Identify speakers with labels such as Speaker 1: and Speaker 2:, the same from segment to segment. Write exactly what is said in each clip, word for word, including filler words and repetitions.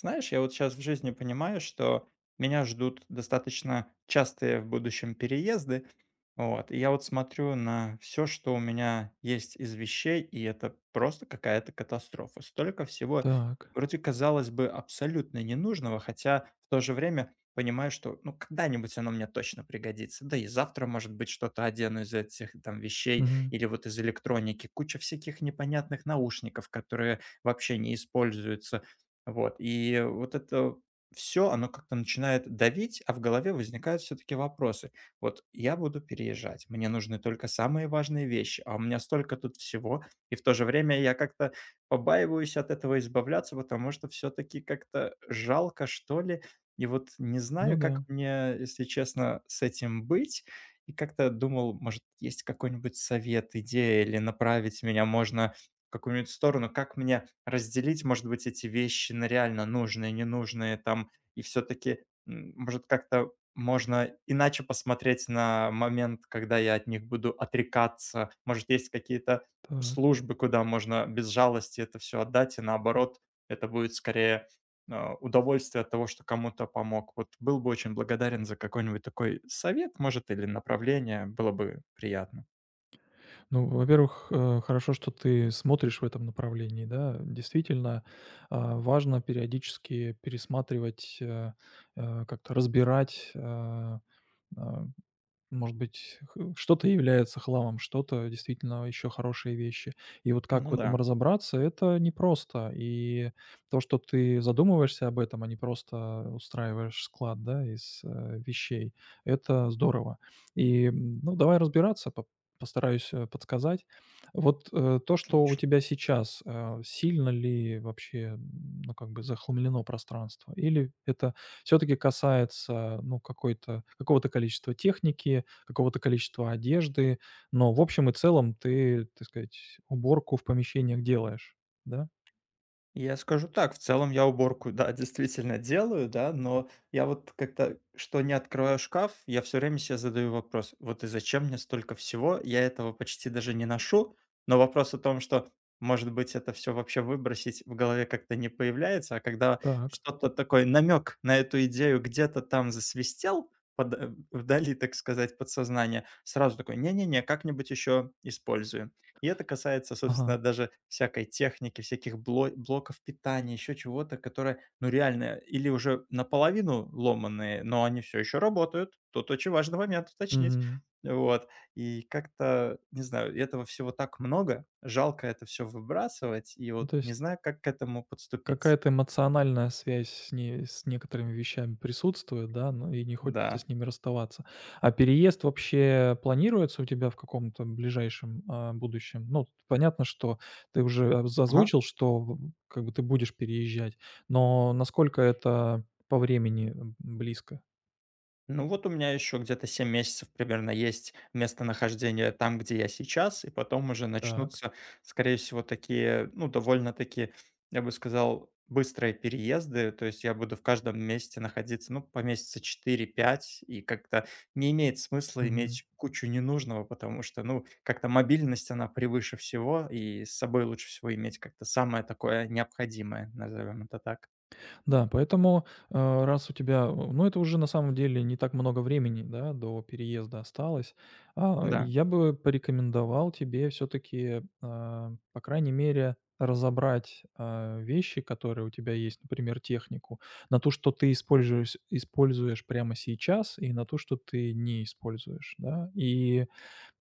Speaker 1: Знаешь, я вот сейчас в жизни понимаю, что меня ждут достаточно частые в будущем переезды. Вот. И я вот смотрю на все, что у меня есть из вещей, и это просто какая-то катастрофа. Столько всего,
Speaker 2: Так.
Speaker 1: вроде казалось бы, абсолютно ненужного, хотя в то же время понимаю, что ну когда-нибудь оно мне точно пригодится. Да и завтра, может быть, что-то одену из этих там вещей
Speaker 2: Мгм.
Speaker 1: или вот из электроники. Куча всяких непонятных наушников, которые вообще не используются, вот, и вот это все, оно как-то начинает давить, а в голове возникают все таки вопросы. Вот я буду переезжать, мне нужны только самые важные вещи, а у меня столько тут всего, и в то же время я как-то побаиваюсь от этого избавляться, потому что все таки как-то жалко, что ли. И вот не
Speaker 2: Ну
Speaker 1: знаю, как
Speaker 2: да.
Speaker 1: мне, если честно, с этим быть. И как-то думал, может, есть какой-нибудь совет, идея или направить меня можно какую-нибудь сторону, как мне разделить, может быть, эти вещи на реально нужные, ненужные там, и все-таки, может, как-то можно иначе посмотреть на момент, когда я от них буду отрекаться, может, есть какие-то
Speaker 2: Так.
Speaker 1: службы, куда можно без жалости это все отдать, и наоборот, это будет скорее а, удовольствие от того, что кому-то помог. Вот был бы очень благодарен за какой-нибудь такой совет, может, или направление, было бы приятно.
Speaker 2: Ну, во-первых, э, хорошо, что ты смотришь в этом направлении, да. Действительно, а, важно периодически пересматривать, э, э, как-то разбирать, э, а, может быть, х что-то является хламом, что-то действительно еще хорошие вещи. И вот как
Speaker 1: Ну
Speaker 2: в этом
Speaker 1: да,
Speaker 2: разобраться- это непросто. И то, что ты задумываешься об этом, а не просто устраиваешь склад, да, из, э, вещей- это здорово. И, м, ну, давай разбираться, по постараюсь, э, подсказать. Вот, э, то, что у
Speaker 1: отлично.
Speaker 2: тебя сейчас, э, сильно ли вообще, м, ну, как бы захламлено пространство? Или это все таки касается, ну, какой-то какого-то количества техники, какого-то количества одежды, но в общем и целом ты, так сказать, уборку в помещениях делаешь, да?
Speaker 1: Я скажу так, в целом я уборку, да, действительно делаю, да, но я вот как-то, что не открываю шкаф, я все время себе задаю вопрос, вот и зачем мне столько всего, я этого почти даже не ношу, но вопрос о том, что, может быть, это все вообще выбросить в голове как-то не появляется, а когда
Speaker 2: Так.
Speaker 1: что-то такой намек на эту идею где-то там засвистел, под- э, вдали, так сказать, подсознание, сразу такой, не-не-не, как-нибудь еще использую. И это касается,
Speaker 2: Ага.
Speaker 1: собственно, даже всякой техники, всяких бло блоков питания, еще чего-то, которое, ну, реально или уже наполовину ломанные, но они все еще работают. Тут очень важный момент уточнить.
Speaker 2: Мгм.
Speaker 1: Вот. И как-то, не знаю, этого всего так много. Жалко это все выбрасывать, и
Speaker 2: Ну,
Speaker 1: вот
Speaker 2: то
Speaker 1: не
Speaker 2: есть,
Speaker 1: знаю, как к этому подступиться.
Speaker 2: какая-то эмоциональная связь с ней с некоторыми вещами присутствует, да, ну и не хочется
Speaker 1: Да.
Speaker 2: с ними расставаться. А переезд вообще планируется у тебя в каком-то ближайшем, а, будущем? Ну, понятно, что ты уже оз
Speaker 1: Ага.
Speaker 2: озвучил, что в как бы ты будешь переезжать, но насколько это по времени, м, близко?
Speaker 1: Ну вот у меня еще где-то семь месяцев примерно есть местонахождение там, где я сейчас, и потом уже
Speaker 2: Так.
Speaker 1: начнутся, скорее всего, такие, ну, довольно-таки, я бы сказал, быстрые переезды, то есть я буду в каждом месте находиться, ну, по месяца четыре-пять, и как-то не имеет смысла иметь кучу ненужного, потому что, ну, как-то мобильность, она превыше всего, и с собой лучше всего иметь как-то самое такое необходимое, назовем это так.
Speaker 2: Да, поэтому, э, раз у тебя, э, ну, это уже на самом деле не так много времени, да, до переезда осталось, а,
Speaker 1: Да.
Speaker 2: я бы порекомендовал тебе все-таки, по крайней мере, разобрать а, вещи, которые у тебя есть, например, технику, на то, что ты используешь, используешь прямо сейчас, и на то, что ты не используешь, да, и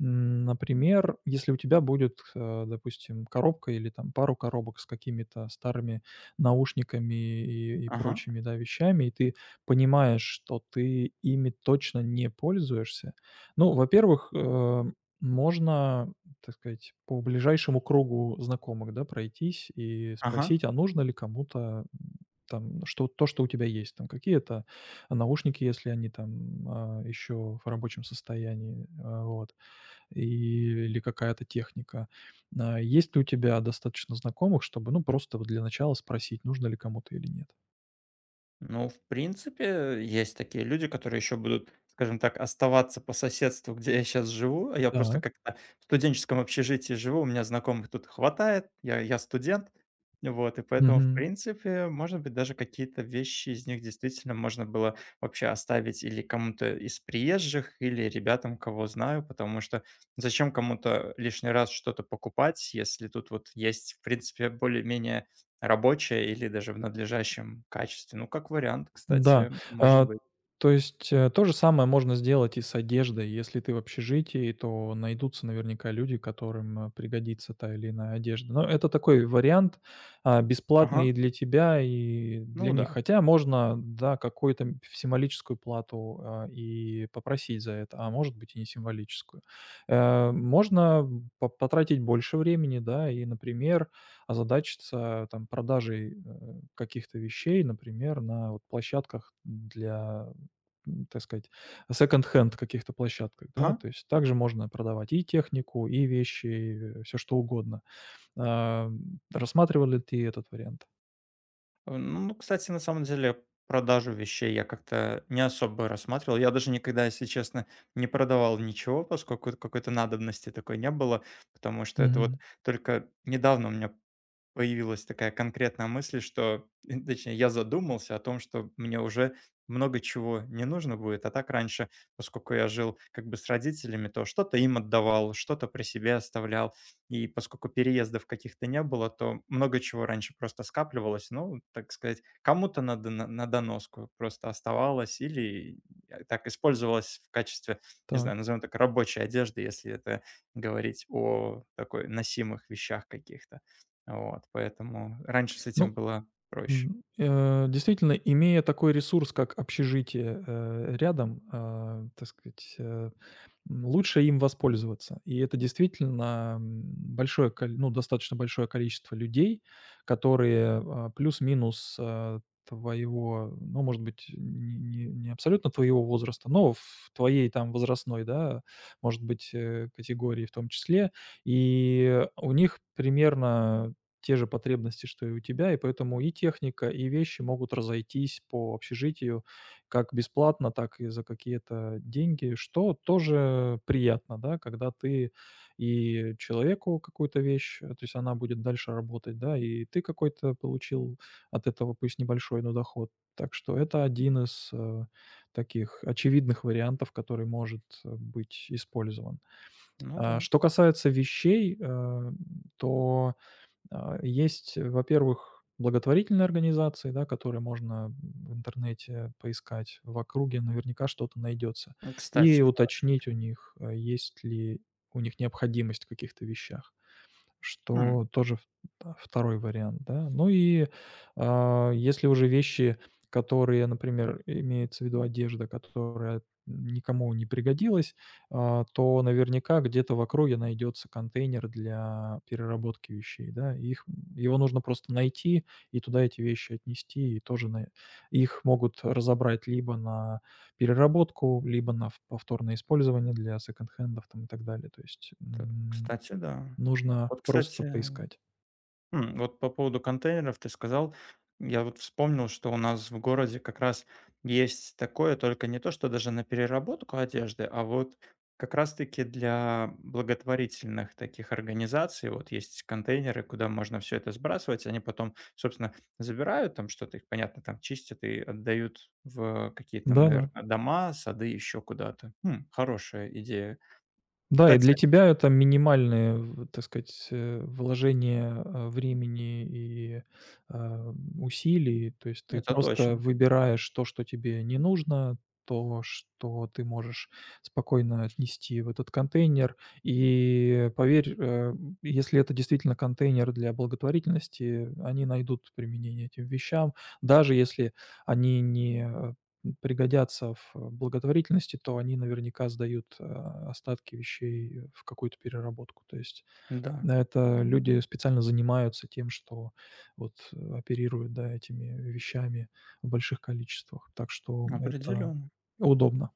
Speaker 2: М, например, если у тебя будет, э, допустим, коробка или там пару коробок с какими-то старыми наушниками и и
Speaker 1: Ага,
Speaker 2: прочими, да, вещами, и ты понимаешь, что ты ими точно не пользуешься. Ну, во-первых, э, можно, так сказать, по ближайшему кругу знакомых, да, пройтись и
Speaker 1: ага.
Speaker 2: спросить, а нужно ли кому-то, м, там, что то, что у тебя есть, там, какие-то наушники, если они там, а, еще в рабочем состоянии, а, вот. И или какая-то техника. А, есть ли у тебя достаточно знакомых, чтобы, ну, просто вот для начала спросить, нужно ли кому-то или нет?
Speaker 1: Ну, в принципе, есть такие люди, которые еще будут, скажем так, оставаться по соседству, где я сейчас живу. А я просто
Speaker 2: Так.
Speaker 1: как-то в студенческом общежитии живу, у меня знакомых тут хватает, я, я студент. Вот, и поэтому, в принципе, может быть, даже какие-то вещи из них действительно можно было вообще оставить или кому-то из приезжих, или ребятам, кого знаю, потому что зачем кому-то лишний раз что-то покупать, если тут вот есть, в принципе, более-менее рабочая или даже в надлежащем качестве. Ну, как вариант,
Speaker 2: Да,
Speaker 1: кстати, может
Speaker 2: а,
Speaker 1: быть.
Speaker 2: то есть, э, то же самое можно сделать и с одеждой. Если ты в общежитии, то найдутся наверняка люди, которым, э, пригодится та или иная одежда. Но это такой вариант, а,
Speaker 1: Ага,
Speaker 2: бесплатный и для тебя, и для
Speaker 1: ну
Speaker 2: них.
Speaker 1: да.
Speaker 2: Хотя можно, да, какую-то м символическую плату, а, и попросить за это, а может быть и не символическую. Э, можно по потратить больше времени, да, и, например, озадачиться там продажей, э, каких-то вещей, например, на вот площадках для, м, так сказать, секонд-хенд каких-то площадках, да.
Speaker 1: Ага.
Speaker 2: То есть также можно продавать и технику, и вещи, все что угодно. Ам, рассматривал ли ты этот вариант?
Speaker 1: Ну, ну, кстати, на самом деле, продажу вещей я как-то не особо рассматривал. Я даже никогда, если честно, не продавал ничего, поскольку какой-то надобности такой не было, потому что это вот
Speaker 2: Мгм.
Speaker 1: только недавно у меня появилась такая конкретная мысль, что, э, точнее, я задумался о том, что мне уже много чего не нужно будет. А так раньше, поскольку я жил как бы с родителями, то что-то им отдавал, что-то при себе оставлял. И поскольку переездов каких-то не было, то много чего раньше просто скапливалось. Ну, так сказать, кому-то на, доно- на доноску просто оставалось или э, так использовалось в качестве, не
Speaker 2: Так.
Speaker 1: знаю, назовем так, рабочей одежды, если это говорить о такой носимых вещах каких-то. Вот, поэтому раньше с этим
Speaker 2: Ну,
Speaker 1: было проще.
Speaker 2: М, э, действительно, имея такой ресурс, как общежитие, э, рядом, а, так сказать, э, м, лучше им воспользоваться. И это действительно, м, большое коль ну, достаточно большое количество людей, которые, а, плюс-минус, э, твоего, ну, может быть, не не не абсолютно твоего возраста, но в твоей там возрастной, да, может быть, э, категории в том числе. И у них примерно те же потребности, что и у тебя, и поэтому и техника, и вещи могут разойтись по общежитию как бесплатно, так и за какие-то деньги, что тоже приятно, да, когда ты и человеку какую-то вещь, э, то есть она будет дальше работать, да, и ты какой-то получил от этого, пусть небольшой, но доход. Так что это один из э, таких очевидных вариантов, который может э, быть использован.
Speaker 1: Ну
Speaker 2: А,
Speaker 1: да.
Speaker 2: Что касается вещей, э, то а, есть, э, во-первых, благотворительные организации, да, которые можно в интернете поискать. В округе наверняка что-то найдется. И
Speaker 1: Кстати, хорошо,
Speaker 2: уточнить у
Speaker 1: да.
Speaker 2: них, э, есть ли у них необходимость в каких-то вещах,
Speaker 1: М,
Speaker 2: что тоже в да, вариант, да. Ну и, а, если уже вещи, которые, например, имеется в виду одежда, которая никому не пригодилась, а, то наверняка где-то в округе найдется контейнер для переработки вещей, да. и Их Его нужно просто найти и туда эти вещи отнести, и тоже на их могут разобрать либо на переработку, либо на в повторное использование для секонд-хендов там и так далее. То есть,
Speaker 1: это,
Speaker 2: м
Speaker 1: кстати, да.
Speaker 2: нужно
Speaker 1: Вот,
Speaker 2: просто
Speaker 1: кстати.
Speaker 2: поискать.
Speaker 1: М, вот по поводу контейнеров ты сказал. Я вот вспомнил, что у нас в городе как раз есть такое, только не то, что даже на переработку одежды, а вот как раз-таки для благотворительных таких организаций. Вот есть контейнеры, куда можно все это сбрасывать. Они потом, собственно, забирают там что-то, их, понятно, там чистят и отдают в какие-то,
Speaker 2: Да-да.
Speaker 1: наверное, дома, сады, еще куда-то. М, хорошая идея.
Speaker 2: Да, да, и для
Speaker 1: Кстати,
Speaker 2: тебя это минимальное, в так сказать, э, вложение, э, времени и, э, усилий. То есть ты
Speaker 1: это
Speaker 2: просто
Speaker 1: точно.
Speaker 2: выбираешь то, что тебе не нужно, то, что ты можешь спокойно отнести в этот контейнер. И поверь, э, если это действительно контейнер для благотворительности, они найдут применение этим вещам, даже если они не э, пригодятся в благотворительности, то они наверняка сдают, а, остатки вещей в какую-то переработку. То есть
Speaker 1: Да,
Speaker 2: э, это люди специально занимаются тем, что вот, э, оперируют, да, этими вещами в больших количествах. Так что это
Speaker 1: определенно.
Speaker 2: удобно.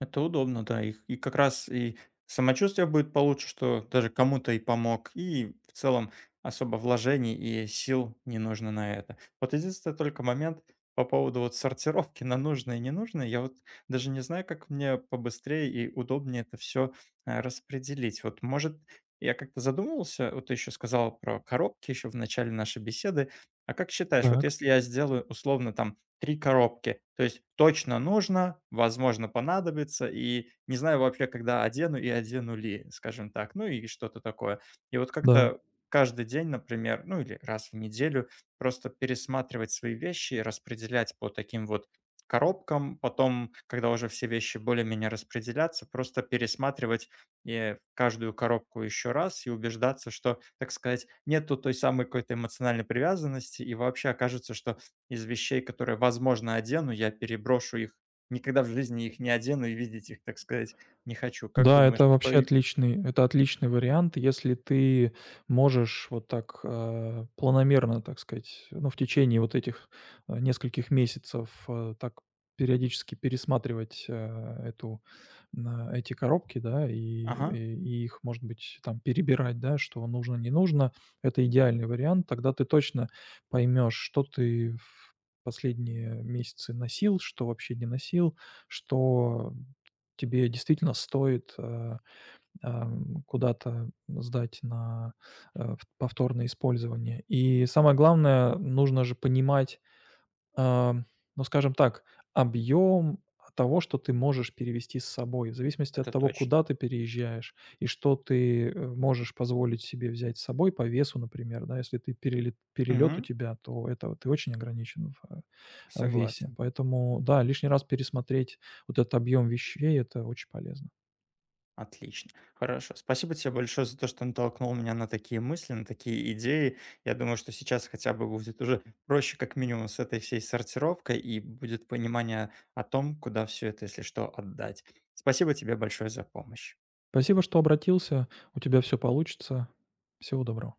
Speaker 1: Это удобно, да. И и как раз и самочувствие будет получше, что даже кому-то и помог, и в целом особо вложений и сил не нужно на это. Вот единственный только момент по поводу вот сортировки на нужное и ненужное. Я вот даже не знаю, как мне побыстрее и удобнее это все распределить. Вот, может, я как-то задумывался, вот ты еще сказал про коробки еще в начале нашей беседы. А как считаешь, вот
Speaker 2: Так,
Speaker 1: если я сделаю условно там три коробки. То есть точно нужно, возможно, понадобится, и не знаю вообще, когда одену и одену ли, скажем так, ну и что-то такое. И вот
Speaker 2: да.
Speaker 1: как-то каждый день, например, ну или раз в неделю просто пересматривать свои вещи и распределять по таким вот коробкам. Потом, когда уже все вещи более-менее распределятся, просто пересматривать э, каждую коробку еще раз и убеждаться, что, так сказать, нету той самой какой-то эмоциональной привязанности, и вообще окажется, что из вещей, которые, возможно, одену, я переброшу их. Никогда в жизни их не одену и видеть их, так сказать, не хочу. Как
Speaker 2: Да,
Speaker 1: думаешь,
Speaker 2: это вообще
Speaker 1: какой?
Speaker 2: отличный это отличный вариант, если ты можешь вот так, э, планомерно, так сказать, ну, в течение вот этих, э, нескольких месяцев, э, так периодически пересматривать, э, эту, на эти коробки, да, и
Speaker 1: Ага,
Speaker 2: и и их, может быть, там перебирать, да, что нужно, не нужно. Это идеальный вариант. Тогда ты точно поймешь, что ты в последние месяцы носил, что вообще не носил, что тебе действительно стоит, э, ам, куда-то сдать на, э, в повторное использование. И самое главное, нужно же понимать, ам, ну, скажем так, объем того, что ты можешь перевезти с собой, в зависимости от
Speaker 1: это
Speaker 2: того,
Speaker 1: точно.
Speaker 2: куда ты переезжаешь и что ты, э, можешь позволить себе взять с собой по весу, например, да. Если ты перелет перелет у
Speaker 1: Мгм,
Speaker 2: тебя, то это ты очень ограничен в, э, в весе.
Speaker 1: согласен.
Speaker 2: Поэтому, да, лишний раз пересмотреть вот этот объем вещей- это очень полезно.
Speaker 1: Отлично. Хорошо. Спасибо тебе большое за то, что натолкнул меня на такие мысли, на такие идеи. Я думаю, что сейчас хотя бы будет уже проще, как минимум, с этой всей сортировкой, и будет понимание о том, куда все это, если что, отдать. Спасибо тебе большое за помощь.
Speaker 2: Спасибо, что обратился. У тебя все получится. Всего доброго.